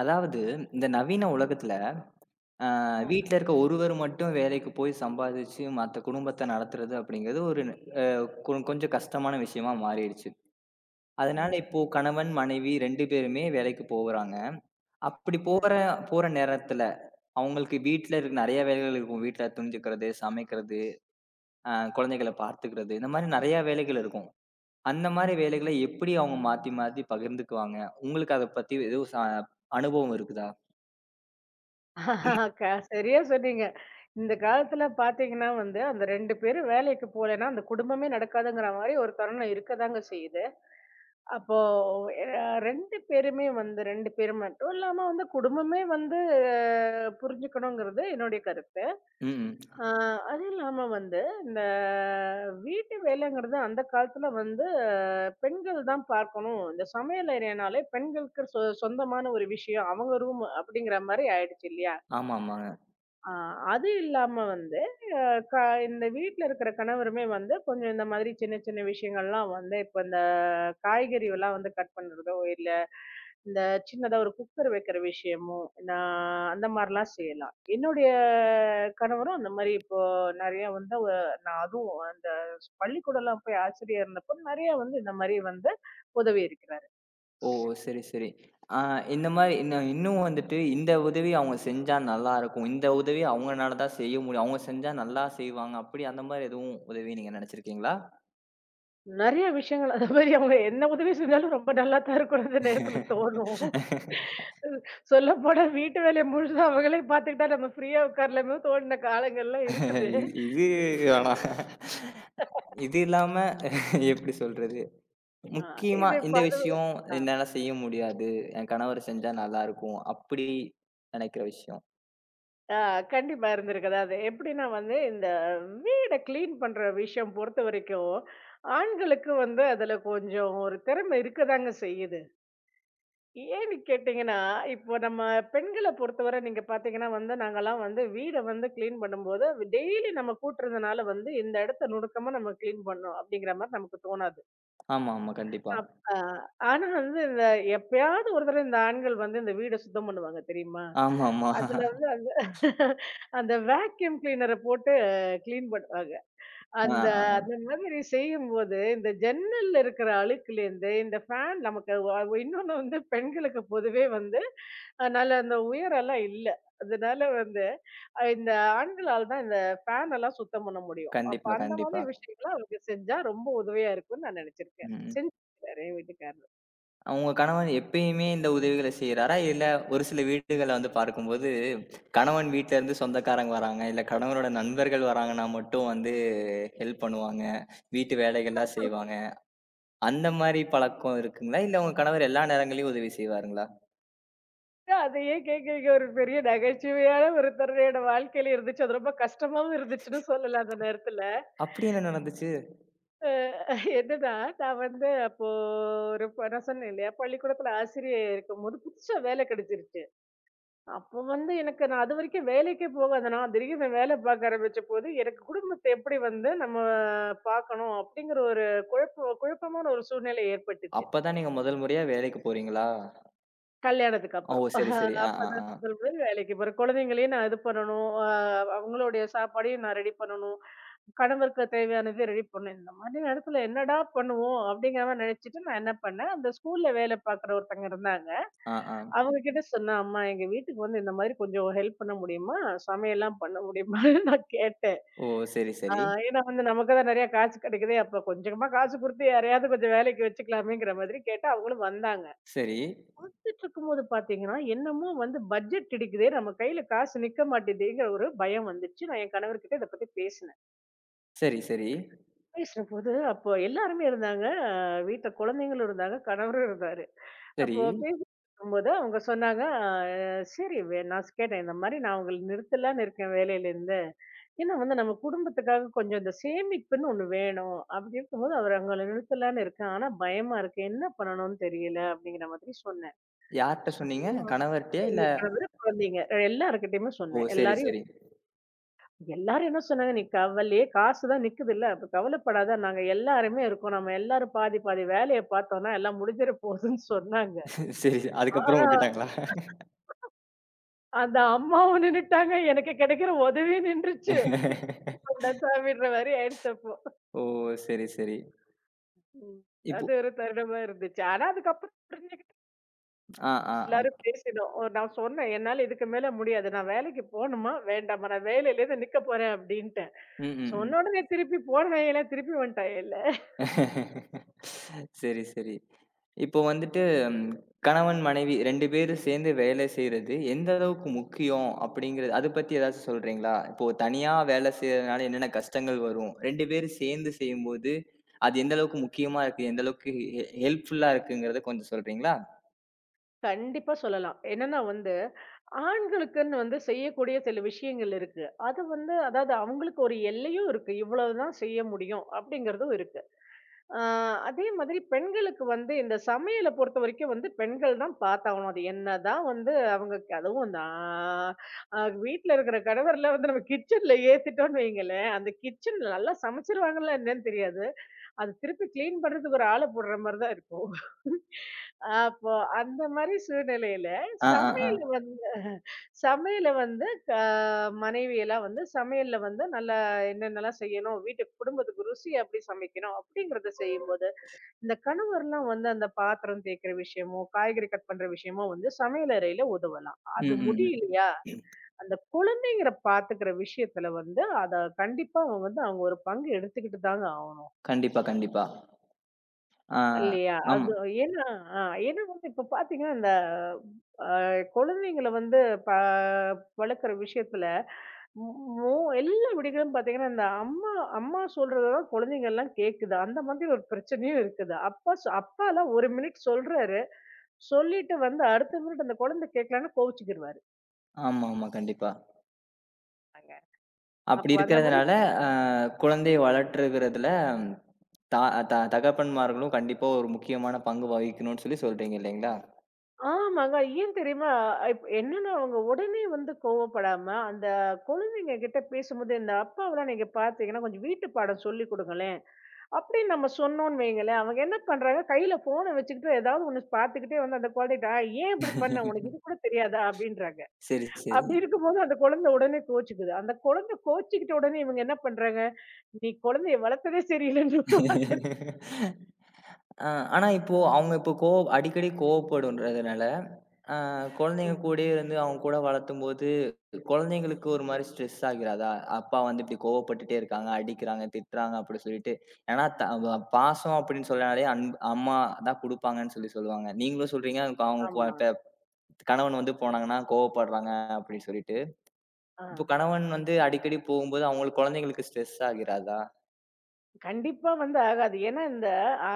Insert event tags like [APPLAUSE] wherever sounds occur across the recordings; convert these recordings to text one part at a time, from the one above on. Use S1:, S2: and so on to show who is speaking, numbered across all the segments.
S1: அதாவது, இந்த நவீன உலகத்துல, அ
S2: ம்.
S1: வீட்ல இருக்க ஒருவர் மட்டும் வேலைக்கு போய் சம்பாதிச்சு, மத்த குடும்பத்த நடத்துறது அப்படிங்கிறது ஒரு ந- கொ கொஞ்சம் கஷ்டமான விஷயமா மாறிடுச்சு. அதனால
S2: ம்.
S1: இப்போ கணவன், மனைவி 2 பேருமே வேலைக்கு போகுறாங்க. அப்படி
S2: ம்.
S1: போற போற நேரத்துல, அவங்களுக்கு வீட்ல இருக்க நெறைய வேலைகள் இருக்கும். வீட்ல துணி துக்கிறது, சமைக்கிறது, அ குழந்தைகள பார்த்துக்கிறது, இந்த மாரி நெறைய வேலைகள் இருக்கும். அந்த மாரி வேலைகள எப்படி அவங்க மாத்தி மாத்தி பகிர்ந்துக்குவாங்க? உங்களுக்கு அத பத்தி எதுவும் அனுபவம் இருக்குதா?
S2: [LAUGHS] க சரியா சொன்னீங்க. இந்த காலத்துல பாத்தீங்கன்னா வந்து, அந்த 2 பேரும் வேலைக்கு போலன்னா, அந்த குடும்பமே நடக்காதுங்கிற மாரி ஒரு தருணம் இருக்கதாங்க செய்யுது. அப்போ எ 2 பேருமே வந்து 2 பேர் மட்டும் இல்லாம வந்து குடும்பமே வந்து புரிஞ்சுக்கணுங்கிறது என்னுடைய கருத்து.
S1: ம்.
S2: ஆ, அது இல்லாம வந்து, இந்த வீட்டு வேலைங்கிறது அந்த காலத்துல வந்து பெண்கள் தான் பார்க்கணும். இந்த சமையல் அறைனாலே பெண்களுக்கு சொந்தமான ஒரு விஷயம். அவங்க ரூம் அப்படிங்கிற மாரி ஆயிடுச்சு இல்லையா?
S1: ஆமாமாங்க.
S2: ஆ அது இல்லாம வந்து அ க இந்த வீட்ல இருக்கிற கணவருமே வந்து கொஞ்சம் இந்த மாதிரி சின்ன சின்ன விஷயங்கள்லாம் வந்து இப்ப இந்த காய்கறிலாம் வந்து கட் பண்றதோ, இல்ல இந்த சின்னதா ஒரு குக்கர் வைக்கிற விஷயமும், நான் அந்த மாரிலாம் செய்யலாம். என்னுடைய கணவரும் அந்த மாரி இப்போ நெறையா வந்து நான் அதுவும் அந்த பள்ளிக்கூடலாம் போய் ஆசிரியரா இருந்தப்போ நெறையா வந்து இந்த மாரி வந்து உதவி இருக்கிறாரு.
S1: ஓ! சரி, சரி. ஆ இந்த மாரி இன்னும் வந்துட்டு இந்த உதவி அவங்க செஞ்சா நல்லாருக்கும். இந்த உதவி அவங்கனால தான் செய்ய முடியும். அவங்க செஞ்சா நல்லா செய்வாங்க. அப்படி அந்த மாரி எதுவும் உதவி நீங்க நெனச்சிருக்கீங்களா?
S2: நெறைய விஷயங்கள் அந்த மாரி அவங்க என்ன உதவி செஞ்சாலும் ரொம்ப நல்லா தான் இருக்கும் அந்த நேரத்துல தோணும். சொல்லப்போனா வீட்டு வேலைய முழுசா அவங்களே பார்த்துக்கிட்டா நம்ம ஃப்ரீயா உட்காரலாமேன்னு தோணுன காலங்கள்லாம் இருக்குது.
S1: இது இது வேணாம். இது இல்லாம எப்படி சொல்றது?
S2: ஆ
S1: முக்கியமா
S2: இது இப்ப
S1: இந்த
S2: அதுவும்
S1: விஷயம்
S2: ஆ.
S1: என்னால செய்ய முடியாது. என் கணவர் செஞ்சா நல்லாருக்கும். அப்படி நெனைக்கிற விஷயம்.
S2: ஆ, கண்டிப்பா இருந்திருக்கு. அதாவது எப்படின்னா வந்து, இந்த வீட கிளீன் பண்ற விஷயம் பொறுத்தவரைக்கும், ஆண்களுக்கு வந்து அதுல கொஞ்சம் ஒரு திறமை இருக்கதாங்க செய்யுது. ஏன்னு கேட்டீங்கன்னா, இப்போ நம்ம பெண்கள பொறுத்தவரை நீங்க பாத்தீங்கன்னா வந்து, நாங்கலாம் வந்து வீட வந்து கிளீன் பண்ணும்போது, டெய்லி நம்ம கூட்டுறதுனால வந்து, இந்த இடத்த நுணுக்கமா நம்ம கிளீன் பண்ணணும் அப்படிங்கிற மாரி நமக்கு தோணாது.
S1: ஆமாமா. கண்டிப்பா.
S2: அப் ஆ ஆனா வந்து இந்த எப்பயாவது ஒரு தடவ இந்த ஆண்கள் வந்து இந்த வீட சுத்தம் பண்ணுவாங்க தெரியுமா?
S1: ஆமாமா.
S2: அதுல வந்து அந்த [LAUGHS] அந்த வேக்யூம் கிளீனர போட்டு கிளீன் பண்ணுவாங்க.
S1: ஆ,
S2: அந்த
S1: ஆ.
S2: அந்த மாதிரி செய்யும்போது, இந்த ஜன்னல்ல இருக்கிற அழுக்குலேருந்து இந்த ஃபேன் நமக்கு வ வ- இன்னொன்னு வந்து பெண்களுக்கு பொதுவே வந்து, நல்ல அந்த உயரம்லாம் இல்ல. அதனால வந்து இந்த ஆண்களால் தான் இந்த ஃபேன் எல்லாம் சுத்தம் பண்ண முடியும். அப்ப
S1: கண்டிப்பா,
S2: அந்த
S1: கண்டிப்பா.
S2: மாதிரி விஷயங்கள்லாம் அவங்க செஞ்சா ரொம்ப உதவியா இருக்கும்னு நான் நினைச்சிருக்கேன்.
S1: ம்.
S2: செஞ்சிருக்காரு என் வீட்டுக்காரர்.
S1: உங்க கணவன் எப்பயுமே இந்த உதவிகள செய்றாரா? இல்ல ஒரு சில வீடுகள வந்து பார்க்கும்போது, கணவன் வீட்ல இருந்து சொந்தக்காரங்க வராங்க, இல்ல கணவனோட நண்பர்கள் வராங்கன்னா மட்டும் வந்து ஹெல்ப் பண்ணுவாங்க. வீட்டு வேலைகள்லாம் செய்வாங்க. அந்த மாரி பழக்கம் இருக்குங்களா? இல்ல உங்க கணவர் எல்லா நேரங்கள்லயும் உதவி செய்வாருங்களா?
S2: அத ஏன் கேட்கிறீங்க? ஒரு பெரிய நகைச்சுவையான ஒரு தருணம் என்னோட வாழ்க்கையில இருந்துச்சு. அது ரொம்ப கஷ்டமாவும் இருந்துச்சுன்னு சொல்லலாம் அந்த நேரத்துல.
S1: அப்படி என்ன நடந்துச்சு?
S2: அ என்னன்னா, நான் வந்து அப்போ ஒரு ப நான் சொன்னேன் இல்லையா? பள்ளிக்கூடத்துல ஆசிரியை இருக்கும்போது புதுசா வேலை கிடைச்சிருச்சு. அப்போ வந்து எனக்கு நான் அதுவரைக்கும் வேலைக்கே போகாத நான் திடீர்னு நான் வேலை பார்க்க ஆரம்பிச்சபோது, எனக்கு குடும்பத்த எப்படி வந்து நம்ம பார்க்கணும்? அப்படிங்கிற ஒரு குழப்ப குழப்பமான ஒரு சூழ்நிலை ஏற்பட்டுச்சு.
S1: அப்ப தான் நீங்க முதல் முறையா வேலைக்கு போறீங்களா?
S2: கல்யாணத்துக்கு
S1: ஓ!
S2: அப்புறம்.
S1: சரி, சரி. ஆ, ஆ,
S2: அப்பதான்
S1: ஆ.
S2: முதல் முதல் வேலைக்கு போறேன். குழந்தைங்களையும் நான் இது பண்ணணும். அவங்களுடைய சாப்பாடையும் நான் ரெடி பண்ணணும். கணவருக்கு தேவையானத ரெடி பண்ணணும். இந்த மாதிரி நேரத்துல என்னடா பண்ணுவோம்? அப்படிங்கிற மாரி நெனச்சுட்டு நான் என்ன பண்ணேன், அந்த ஸ்கூல்ல வேலை பார்க்குற ஒருத்தங்க இருந்தாங்க.
S1: ஆ, ஆ.
S2: அவங்க கிட்ட சொன்னேன், "அம்மா எங்க வீட்டுக்கு வந்து இந்த மாதிரி கொஞ்சம் ஹெல்ப் பண்ண முடியுமா? சமையல்லாம் பண்ண முடியுமான்னு" [LAUGHS] நான் கேட்டேன்.
S1: ஓ! சரி,
S2: அ
S1: சரி.
S2: ஏன்னா வந்து நமக்கு தான் நெறைய காசு கெடைக்குதே, அப்ப கொஞ்சமா காசு குடுத்து யாரையாவது கொஞ்சம் வேலைக்கு வச்சுக்கலாமேங்கிற மாதிரி கேட்டா அவங்களும் வந்தாங்க.
S1: சரி.
S2: பார்த்துட்டு இருக்கும்போது பாத்தீங்கன்னா, என்னமோ வந்து பட்ஜெட் இடிக்குதே, நம்ம கையில காசு நிக்க மாட்டேதேங்கிற ஒரு பயம் வந்துச்சு. நான் என் கணவர்கிட்ட இத பத்தி பேசினேன்.
S1: சரி, சரி.
S2: பேசினபோது அப்போ எல்லாருமே இருந்தாங்க. வீட்ல குழந்தைங்களும் இருந்தாங்க, கணவரும் இருந்தாரு.
S1: சரி.
S2: அப்போ பேசிட்டுருக்கும்போது அவங்க சொன்னாங்க, அ சரி வே நான் ஸ் கேட்டேன், இந்த மாரி நான் உங்கள நிறுத்தலான்னு இருக்கேன் வேலையிலேருந்து. ஏன்னா வந்து நம்ம குடும்பத்துக்காக கொஞ்சம் இந்த சேமிப்புன்னு ஒண்ணு வேணும். அப்படி இருக்கும்போது அவரு அங்கள நிறுத்தலான்னு இருக்கேன். ஆனா பயமா இருக்கு. என்ன பண்ணணும்னு தெரியல அப்படிங்கிற மாதிரி சொன்னேன்.
S1: யார்ட்ட சொன்னீங்க? கணவர்ட்டயா? இல்ல
S2: எங்க கணவர், குழந்தைங்க. எல்லார்கிட்டயுமே
S1: ஓ!
S2: சொன்னேன்.
S1: சரி,
S2: எல்லாரையும்
S1: சரி.
S2: வச்சு- எல்லாரும் என்ன சொன்னாங்க, "நீ கவலையே காசு தான் நிக்குதுல்ல, அப்ப கவலைப்படாத. நாங்க எல்லாருமே இருக்கோம். நம்ம எல்லாரும் பாதி, பாதி வேலைய பார்த்தோம்னா, எல்லாம் முடிஞ்சிற போதுன்னு" சொன்னாங்க.
S1: சரி. அதுக்கப்புறம்
S2: ஆனா,
S1: விட்டுட்டாங்களா?
S2: அந்த அம்மாவும் நின்னுட்டாங்க. எனக்கு கிடைக்கிற உதவியும் நின்றுச்சு. திக்கிட்டு கொண்டா சாமின்ற மாரி ஆயிடுச்சு அப்போ.
S1: ஓ! சரி, சரி.
S2: ம்.
S1: இப்போ
S2: அது ஒரு தருணமா இருந்துச்சு. ஆனா, அதுக்கப்புறம் புரிஞ்சுக்க
S1: ஆ, ஆ, ஆ.
S2: எல்லாரும் பேசினோம். நான் சொன்னேன், "என்னால இதுக்கு மேல முடியாது. நான் வேலைக்கு போணுமா? வேண்டாமா? நான் வேலையிலேருந்து நிக்க போறேன்" அப்படின்ட்டேன்.
S1: ம், ம், ம்.
S2: சொன்ன உடனே திருப்பி போன வேலையில திருப்பி வந்துட்டா எல.
S1: சரி, சரி. இப்போ வந்துட்டு ம் கணவன், மனைவி 2 பேரும் சேர்ந்து வேலை செய்றது எந்த அளவுக்கு முக்கியம் அப்படிங்கிறது அத பத்தி ஏதாச்சும் சொல்றீங்களா? இப்போ தனியா வேலை செய்றதுனால என்னென்ன கஷ்டங்கள் வரும்? 2 பேரும் சேர்ந்து செய்யும்போது, அது எந்த அளவுக்கு முக்கியமா இருக்கு? எந்த அளவுக்கு ஹெல்ப்ஃபுல்லா இருக்குங்கிறத கொஞ்சம் சொல்றீங்களா?
S2: கண்டிப்பா சொல்லலாம். என்னன்னா வந்து, ஆண்களுக்குன்னு வந்து செய்யக்கூடிய சில விஷயங்கள் இருக்கு. அது வந்து அதாவது அவங்களுக்கு ஒரு எல்லையும் இருக்கு. இவ்வளவுதான் செய்ய முடியும் அப்படிங்கிறதும் இருக்கு. ஆ, அதே மாதிரி பெண்களுக்கு வந்து இந்த சமையல பொறுத்தவரைக்கும் வந்து பெண்கள் தான் பார்த்தாகணும். அது என்னதான் வந்து அதுவும் நான் வீட்ல இருக்கிற கணவர்லாம் வந்து நம்ம கிச்சன்ல ஏத்திட்டோம்ன்னு வையுங்களேன், அந்த கிச்சன் நல்லா சமைச்சுருவாங்களா என்னன்னு தெரியாது. அது திருப்பி கிளீன் பண்றதுக்கு ஒரு ஆள போடுற மாரி தான் இருக்கும். அப்போ அந்த மாரி சூழ்நிலையில
S1: ஆ, ஆ, ஆ.
S2: சமையல் சமையல வந்து மனைவியெல்லாம் வந்து சமையல்ல வந்து நல்லா என்னென்னலாம் செய்யணும், வீட்டு குடும்பத்துக்கு ருசி எப்படி சமைக்கணும் அப்படிங்கிறத செய்யும்போது, இந்த கணவர்லாம் வந்து அந்த பாத்திரம் தேய்க்கிற விஷயமோ, காய்கறி கட் பண்ற விஷயமோ வந்து சமையலறையில உதவலாம்.
S1: ம்,
S2: அது
S1: ம்,
S2: முடியலையா,
S1: ம்.
S2: அந்த குழந்தைங்கள பாத்துக்கிற விஷயத்துல வந்து அத கண்டிப்பா அவங்க ஒரு பங்கு எடுத்துக்கிட்டு தாங்க ஆகணும்.
S1: கண்டிப்பா, கண்டிப்பா. ஆ.
S2: இல்லையா?
S1: ஆமா.
S2: அது ஏன்னா அ ஏன்னா வந்து இப்ப பாத்தீங்கன்னா, இந்த அ குழந்தைங்கள வந்து ப வளர்க்குற விஷயத்துல ம், ஓ! எல்லா வீடுகளும் பார்த்தீங்கன்னா, இந்த அம்மா அம்மா சொல்றத தான் குழந்தைங்கலாம் கேக்குது. அந்த மாதிரி ஒரு பிரச்சனையும் இருக்குது. அப்பாலாம் 1 மினிட் சொல்றாரு. சொல்லிட்டு வந்து அடுத்த மினிட் அந்த குழந்தை கேட்கலன்னா கோவிச்சுக்கிருவாரு.
S1: ஆமா, ஆமா. கண்டிப்பா.
S2: ஆங்க.
S1: அப்படி
S2: அப்ப அந்த மாதிரி
S1: இருக்கிறதுனால, அ குழந்தையை வளர்த்துகிறதுல த த தகப்பன்மார்களும் கண்டிப்பா ஒரு முக்கியமான பங்கு வகிக்கணும்னு சொல்லி சொல்றீங்க இல்லைங்களா?
S2: ஆமாங்க. ஏன் தெரியுமா? என்னன்னா அவங்க உடனே வந்து கோவப்படாம, அந்த குழந்தைங்க கிட்ட பேசும்போது இந்த அப்பாவெல்லாம் நீங்க பார்த்தீங்கன்னா, கொஞ்சம் வீட்டு பாடம் சொல்லிக் குடுங்களேன். அப்படின்னு நம்ம சொன்னோம்ன்னு வையுங்களேன், அவங்க என்ன பண்றாங்க, கையில ஃபோன வச்சுக்கிட்டு ஏதாவது ஒண்ணு பார்த்துக்கிட்டே வந்து அந்த குழந்தைகிட்ட, "ஆ, "ஏன் இப்படி பண்ண? உனக்கு இது
S1: [LAUGHS]
S2: கூட தெரியாதா?" அப்படின்றாங்க.
S1: சரி, சரி.
S2: அப்படி இருக்கும்போது அந்த குழந்தை உடனே கோவிச்சுக்குது. அந்த குழந்தை கோவிச்சுக்கிட்ட உடனே இவங்க என்ன பண்றாங்க, "நீ குழந்தைய வளர்த்ததே சரியில்லைன்னு" ஒரு வார்த்தை.
S1: [LAUGHS] ஆ, ஆனா இப்போ அவங்க இப்போ அடிக்கடி கோவப்படும்ன்றதுனால, ஆ குழந்தைங்க
S2: ம்.
S1: கூடயே இருந்து அவங்க கூட வளர்த்தும்போது, குழந்தைங்களுக்கு ஒரு மாரி ஸ்ட்ரெஸ் ஆகிராதா? அப்பா வந்து இப்படி கோவப்பட்டுட்டே இருக்காங்க, அடிக்கிறாங்க, திட்டுறாங்க அப்படி சொல்லிட்டு. ஏன்னா த வ பாசம் அப்படின்னு சொன்னாலே அம்மா தான் குடுப்பாங்கன்னு சொல்லி சொல்லுவாங்க. நீங்களும் சொல்றீங்க, அவங்க கொ
S2: ஆமா.
S1: த கணவன் வந்து போனாங்கன்னா கோவப்படுறாங்க அப்படின்னு சொல்லிட்டு.
S2: ஆ.
S1: இப்போ கணவன் வந்து அடிக்கடி போகும்போது அவங்களுக்கு குழந்தைங்களுக்கு ஸ்ட்ரெஸ் ஆகிராதா?
S2: கண்டிப்பா வந்து ஆகாது. ஏன்னா இந்த ஆ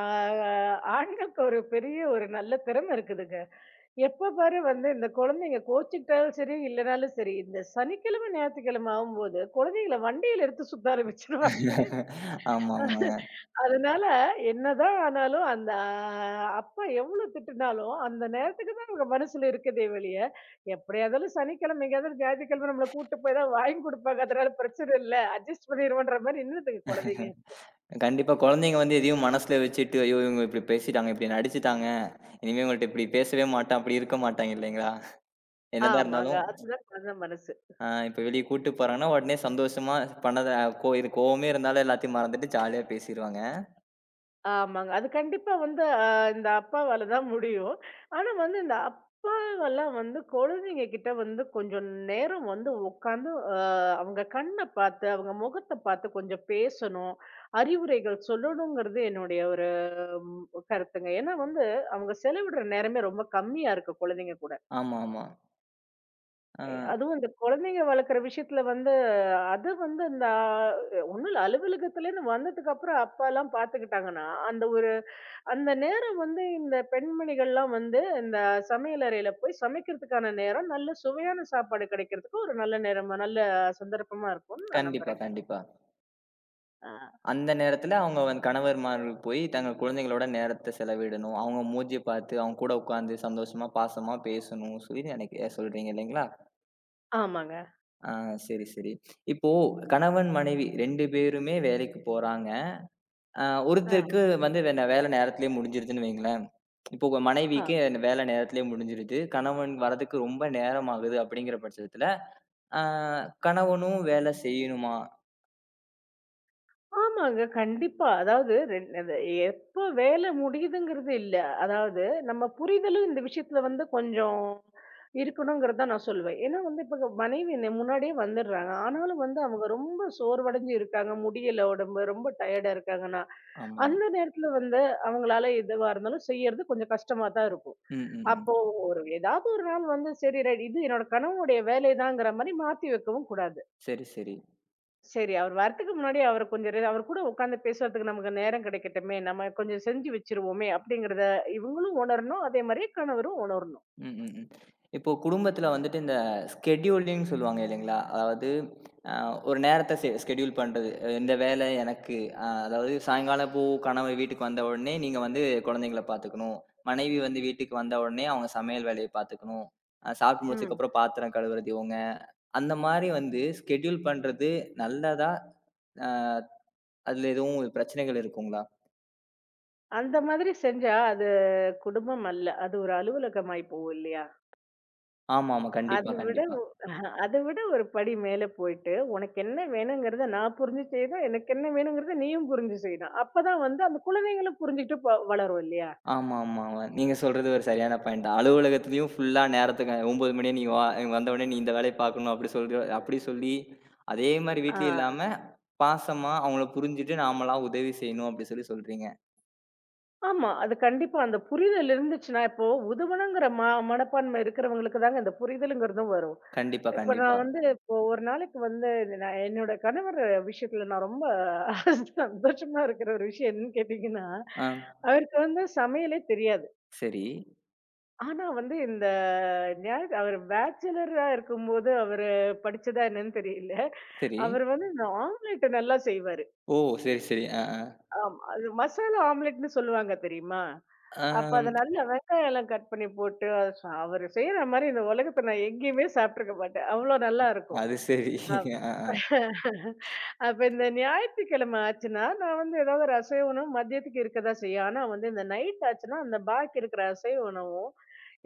S2: ஆண்களுக்கு ஒரு பெரிய ஒரு நல்ல திறமை இருக்குதுங்க. எப்ப பாரு வந்து இந்த குழந்தைங்க கோச்சுக்கிட்டாலும் சரி, இல்லனாலும் சரி, இந்த சனிக்கிழமை, ஞாயித்துக்கிழமை ஆவும்போது, குழந்தைங்கள வண்டியில எடுத்து சுத்த ஆரம்பிச்சுருவாங்க.
S1: ஆமாமா. [LAUGHS]
S2: அதனால என்னதான் ஆனாலும், அந்த அப்பா எவ்ளோ திட்டுனாலும், அந்த நேரத்துக்கு தான் அவங்க மனசுல இருக்குதே வெளிய, எப்படியா இருந்தாலும் சனிக்கிழமை, எங்கேயாவது ஞாயித்துக்கிழமை நம்மள கூட்டு போய் ஏதாவது வாங்கி குடுப்பாங்க. அதனால பிரச்சனை இல்ல. அட்ஜஸ்ட் பண்ணிருவோன்ற மாரி நின்னுதுங்க குழந்தைங்க.
S1: கண்டிப்பா. குழந்தைங்க வந்து எதையும் மனசுல வச்சுட்டு, ஐயோ! இவங்க இப்படி பேசிட்டாங்க, இப்படி நடிச்சுட்டாங்க. இனிமே இவங்கள்ட்ட இப்படி பேசவே மாட்டான், அப்படி இருக்க மாட்டாங்க இல்லைங்களா? என்னதான்
S2: ஆமாங்க.
S1: இருந்தாலும்,
S2: அதுதான் குழந்த மனசு.
S1: இப்ப வெளிய கூட்டு போறாங்கன்னா, உடனே சந்தோஷமா பண்ணத கோ இது கோவமே இருந்தாலும் எல்லாத்தையும் மறந்துட்டு ஜாலியா பேசிருவாங்க.
S2: ஆமாங்க. அது கண்டிப்பா வந்து இந்த அப்பாவால தான் முடியும். ஆனா வந்து இந்த அப்பாவெல்லாம் வந்து குழந்தைங்க கிட்ட வந்து கொஞ்சம் நேரம் வந்து உட்காந்து அவங்க கண்ண பார்த்து, அவங்க முகத்த பார்த்து கொஞ்சம் பேசணும். அறிவுரைகள் சொல்லணுங்கிறது என்னுடைய ஒரு ம் கருத்துங்க. ஏன்னா வந்து அவங்க செலவிடுற நேரமே ரொம்ப கம்மியா இருக்கு குழந்தைங்க கூட.
S1: ஆமா, ஆமா. அ
S2: அதுவும் இந்த குழந்தைங்க வளர்க்குற விஷயத்துல வந்து, அது வந்து இந்த ஒண்ணும் இல்ல அலுவலகத்துலேருந்து வந்ததுக்கு அப்புறம் அப்பாலாம் பார்த்துக்கிட்டாங்கன்னா, அந்த ஒரு அந்த நேரம் வந்து இந்த பெண்மணிகள்லாம் வந்து இந்த சமையல் அறையில போய் சமைக்கிறதுக்கான நேரம், நல்ல சுவையான சாப்பாடு கிடைக்கிறதுக்கு ஒரு நல்ல நேரமா நல்ல சந்தர்ப்பமா இருக்கும்னு நான்
S1: கண்டிப்பா,
S2: நம்புறேங்க.
S1: கண்டிப்பா.
S2: ஆ
S1: அந்த நேரத்துல அவங்க வந்து கணவர்மார்கள் போய் தங்கள் குழந்தைங்களோட நேரத்த செலவிடணும். அவங்க மூஞ்சிய பார்த்து, அவங்க கூட உட்கார்ந்து சந்தோஷமா, பாசமா பேசணும் சொல்லி நினைக்க சொல்றீங்க இல்லைங்களா?
S2: ஆமாங்க.
S1: ஆ சரி, சரி. இப்போ கணவன், மனைவி 2 பேருமே வேலைக்கு போறாங்க. அ
S2: ஆ,
S1: ஒருத்தருக்கு வந்து வேலை நேரத்திலேயே முடிஞ்சிருதுன்னு வைங்களேன். இப்போ உங்க
S2: ஆ.
S1: மனைவிக்கு அந்த வேலை நேரத்திலேயே முடிஞ்சிருது. கணவன் வரதுக்கு ரொம்ப நேரம் ஆகுது அப்படிங்கிற பட்சத்தில, அ கணவனும் வேலை செய்யணுமா?
S2: ஆமாங்க. கண்டிப்பா. அதாவது ரெண் அது எப்ப வேலை முடியுதுங்கிறது இல்ல. அதாவது நம்ம புரிதலும் இந்த விஷயத்துல வந்து கொஞ்சம் இருக்கணுங்கிறது தான் நான் சொல்லுவேன். ஏன்னா வந்து இப்ப மனைவி என்ன முன்னாடியே வந்துடுறாங்க. ஆனாலும் வந்து அவங்க ரொம்ப சோர்வடைஞ்சு இருக்காங்க. முடியல உடம்பு. ரொம்ப டயர்டா இருக்காங்கன்னா,
S1: ஆமாம்.
S2: அந்த நேரத்துல வந்து அவங்களால எதுவா இருந்தாலும் செய்யறது கொஞ்சம் கஷ்டமா தான் இருக்கும்.
S1: ம், ம்,
S2: அப்போ
S1: ம்.
S2: ஏதாவது ஒரு நாள் வந்து சரி ரைட் இது என்னோட கணவனுடைய வேலை தான்ங்கிற மாரி மாத்தி வைக்கவும் கூடாது.
S1: சரி, சரி.
S2: சரி. அவர் வர்றதுக்கு முன்னாடி அவர கொஞ்சம் ரி அவர் கூட உட்கார்ந்து பேசுறதுக்கு நமக்கு நேரம் கிடைக்கட்டுமே! நம்ம கொஞ்சம் செஞ்சு வச்சுருவோமே! அப்படிங்கிறத இவங்களும் உணரணும். அதே மாரியே கணவரும் உணரணும்.
S1: ம், ம், ம். இப்போ குடும்பத்தில வந்துட்டு இந்த ஸ்கெட்யூலிங்ன்னு சொல்லுவாங்க இல்லைங்களா? அதாவது அ ஒரு நேரத்த ஸ்கெட்யூல் பண்றது. இந்த வேலை எனக்கு அதாவது சாயங்காலம் இப்போ கணவர் வீட்டுக்கு வந்த உடனே நீங்க வந்து குழந்தைங்கள பார்த்துக்கணும். மனைவி வந்து வீட்டுக்கு வந்த உடனே அவங்க சமையல் வேலைய பார்த்துக்கணும். சாப்பிட்டு
S2: ம்.
S1: முடிச்சதுக்கப்புறம் பாத்திரம் கழுவுறது இவங்க. அந்த மாரி வந்து ஸ்கெட்யூல் பண்றது நல்லதா? அ அதில எதுவும் பிரச்சனைகள் இருக்குங்களா?
S2: அந்த மாதிரி செஞ்சா அது குடும்பம் அல்ல. அது ஒரு அலுவலகமாயி போகும் இல்லையா?
S1: ஆமாமா.
S2: அது
S1: கண்டிப்பா,
S2: விட
S1: கண்டிப்பா.
S2: அத விட ஒரு படி மேல போயிட்டு, உனக்கு என்ன வேணுங்கிறத நான் புரிஞ்சு செய்றேன். எனக்கு என்ன வேணுங்கிறத நீயும் புரிஞ்சு செய்யணும். அப்பதான் வந்து அந்த குழந்தைங்களும் புரிஞ்சுகிட்டு வளரும் இல்லையா?
S1: ஆமா, ஆமா, ஆமா. நீங்க சொல்றது ஒரு சரியான பாயிண்ட் தான். அலுவலகத்திலயும் ஃபுல்லா நேரத்துக்கு 9 மணியே நீ வா வந்தவுடனே நீ இந்த வேலைய பார்க்கணும் அப்படி சொல்ற அப்படி சொல்லி, அதே மாரி
S2: ஆ.
S1: வீட்லயும் இல்லாம, பாசமா அவங்கள புரிஞ்சுட்டு நாமளா உதவி செய்யணும் அப்படி சொல்லி சொல்றீங்க.
S2: ஆமா. அது கண்டிப்பா அந்த புரிதல் இருந்துச்சுன்னா, இப்போ உதவணுங்கிற மனப்பான்மை இருக்கிறவங்களுக்கு தாங்க இந்த புரிதலுங்கிறதும் வரும்.
S1: கண்டிப்பா,
S2: இப்ப
S1: கண்டிப்பா.
S2: நான் வந்து இப்போ ஒரு நாளைக்கு வந்து நான் என்னோட கணவர் விஷயத்துல நான் ரொம்ப [LAUGHS] சந்தோஷமா இருக்கிற ஒரு விஷயம் என்னன்னு கேட்டீங்கன்னா,
S1: ஆ.
S2: அவருக்கு வந்து சமையலே தெரியாது.
S1: சரி,
S2: ஆனா வந்து இந்த அவர் பேச்சுலரா இருக்கும்போது அவரு படிச்சதா என்னன்னு தெரியல.
S1: சரி.
S2: அவர் வந்து இந்த ஆம்லெட் நல்லா செய்வாரு.
S1: ஓ! சரி, சரி. ஆ, ஆ.
S2: ஆமா. அது மசாலா ஆம்லெட்ன்னு சொல்லுவாங்க தெரியுமா? அப்ப அத
S1: ஆம்.
S2: நல்லா வெங்காயம் எல்லாம் கட் பண்ணி போட்டு, அத ச அவரு செய்ற மாரி இந்த உலகத்துல நான் எங்கேயுமே சாப்ட்டுருக்க மாட்டேன். அவ்ளோ நல்லா இருக்கும்.
S1: அது சரி.
S2: அப்
S1: ஆ, ஆ.
S2: அப்ப இந்த ஞாயிற்றுக்கிழமை ஆச்சுன்னா, நான் வந்து ஏதாவது ஒரு அசைவ உணவு மதியத்துக்கு இருக்க தான் செய்யும். ஆனா வந்து இந்த நைட் ஆச்சுன்னா, அந்த பாக்கி இருக்கிற அசைவ உணவும்,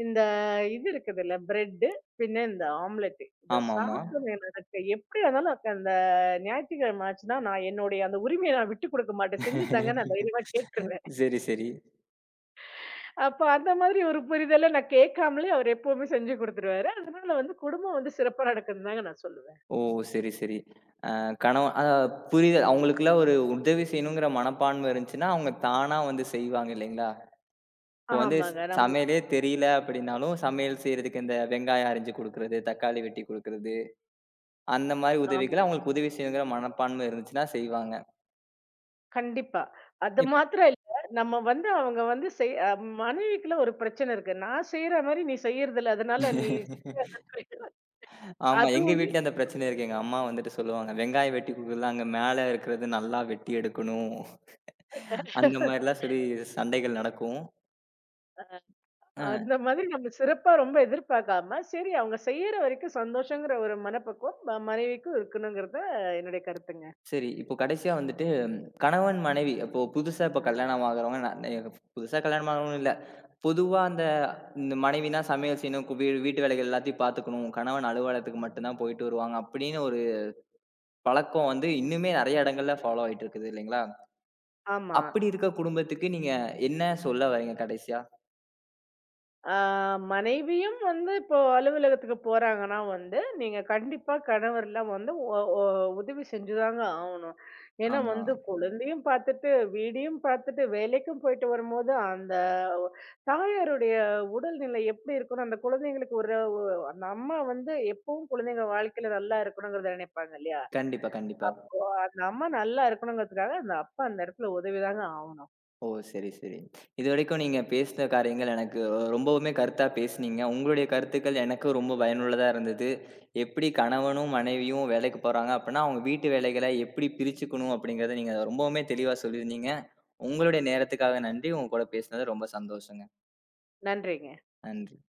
S2: இந்த இது இருக்குதுல்ல பிரெட்டு, பின்ன இந்த ஆம்லெட்டு. இத
S1: ஆமாமா.
S2: சாப்பிடணும் எனக்கு எப்படி இருந்தாலும் எனக்கு அந்த ஞாயிற்றுக்கிழமை ஆச்சுன்னா, நான் என்னுடைய அந்த உரிமைய நான் விட்டுக் குடுக்க மாட்டேன். செஞ்சு தாங்கன்னு நான் தைரியமா கேட்டுருவேன்.
S1: சரி, சரி.
S2: அப்ப அந்த மாதிரி ஒரு புரிதல நான் கேட்காமலே அவரு எப்பவுமே செஞ்சு குடுத்துருவாரு. அதனால வந்து குடும்பம் வந்து சிறப்பா நடக்குதுன்னு தாங்க நான் சொல்லுவேன்.
S1: ஓ! சரி, சரி. அ கணவன் புரியுது. அவங்களுக்குலாம் ஒரு உதவி செய்யணுங்கிற மனப்பான்மை இருந்துச்சுன்னா, அவங்க தானா வந்து செய்வாங்க இல்லைங்களா? இப்போ வந்து
S2: ஆமாங்க. நம்ம
S1: சமையலே தெரியல அப்படின்னாலும், சமையல் செய்றதுக்கு இந்த வெங்காயம் அரிஞ்சு குடுக்குறது, தக்காளி வெட்டி குடுக்குறது, அந்த மாரி
S2: ஆமா.
S1: உதவிகள அவங்களுக்கு உதவி செய்யணுங்கிற மனப்பான்மை இருந்துச்சுன்னா செய்வாங்க.
S2: கண்டிப்பா. அது
S1: இப்
S2: மாத்திரம் இல்ல. நம்ம வந்து அவங்க வந்து செய் அ மனைவிக்குள்ள ஒரு பிரச்சனை இருக்கு. நான் செய்ற மாரி நீ செய்யறதில்ல. அதனால நீ
S1: [LAUGHS]
S2: செய்யாதன்னு
S1: ஆமா. எங்க
S2: அதுவுமே
S1: வீட்லயும் அந்த பிரச்சனை இருக்கு. எங்க அம்மா வந்துட்டு சொல்லுவாங்க, "வெங்காயம் வெட்டி குடுக்குறதுல அங்க மேல இருக்கிறது நல்லா வெட்டி எடுக்கணும்." அந்த மாரிலாம் சொல்லி சண்டைகள் நடக்கும்.
S2: அந்த
S1: அ.
S2: மாதிரி நம்ம சிறப்பா ரொம்ப எதிர்பார்க்காம, சரி அவங்க செய்யற வரைக்கும் சந்தோஷங்கிற ஒரு மனப்பக்குவம் மனைவிக்கும் இருக்கணுங்கிறது என்னுடைய கருத்துங்க.
S1: சரி. இப்போ கடைசியா வந்துட்டு ம், கணவன், மனைவி அப்போ புதுசா இப்போ கல்யாணம் ஆகுறவங்க ந நெ புதுசா கல்யாணம் ஆகுறவங்கன்னு இல்ல. பொதுவா அந்த இந்த மனைவினா சமையல் செய்யணும், கு வீ வீட்டு வேலைகள் எல்லாத்தையும் பார்த்துக்கணும். கணவன் அலுவலகத்துக்கு மட்டும் தான் போயிட்டு வருவாங்க அப்படின்னு ஒரு பழக்கம் வந்து இன்னுமே நெறைய இடங்கள்ல ஃபாலோ ஆயிட்டு இருக்குது இல்லைங்களா?
S2: ஆமா.
S1: அப்படி இருக்க குடும்பத்துக்கு நீங்க என்ன சொல்ல வரீங்க கடைசியா?
S2: ஆ, மனைவியும் வந்து இப்போ அலுவலகத்துக்கு போறாங்கன்னா வந்து, நீங்க கண்டிப்பா கணவர்லாம் வந்து ஒ ஒ உதவி செஞ்சுதாங்க ஆவணும். ஏன்னா
S1: ஆமா.
S2: வந்து குழந்தையும் பார்த்துட்டு, வீடையும் பார்த்துட்டு, வேலைக்கும் போயிட்டு வரும்போது, அந்த தாயாருடைய உடல்நிலை எப்படி இருக்கணும், அந்த குழந்தைங்களுக்கு அந்த அம்மா வந்து எப்பவும் குழந்தைங்க வாழ்க்கையில நல்லா இருக்கணுங்கிறத நினைப்பாங்க இல்லையா?
S1: கண்டிப்பா, கண்டிப்பா.
S2: அந்த அம்மா நல்லா இருக்கணுங்கிறதுக்காக, அந்த அப்பா அந்த இடத்துல உதவிதாங்க ஆவணும்.
S1: ஓ! சரி, சரி. இதுவரைக்கும் நீங்க பேசின காரியங்கள் எனக்கு ரொம்பவுமே கருத்தா பேசுனீங்க. உங்களுடைய கருத்துக்கள் எனக்கும் ரொம்ப பயனுள்ளதா இருந்தது. எப்படி கணவனும், மனைவியும் வேலைக்கு போறாங்க அப்படின்னா, அவங்க வீட்டு வேலைகளை எப்படி பிரிச்சுக்கணும் அப்படிங்கிறத நீங்க ரொம்பவுமே தெளிவா சொல்லியிருந்தீங்க. உங்களுடைய நேரத்துக்காக நன்றி. உங்க கூட பேசினது ரொம்ப சந்தோஷங்க.
S2: நன்றிங்க.
S1: நன்றி.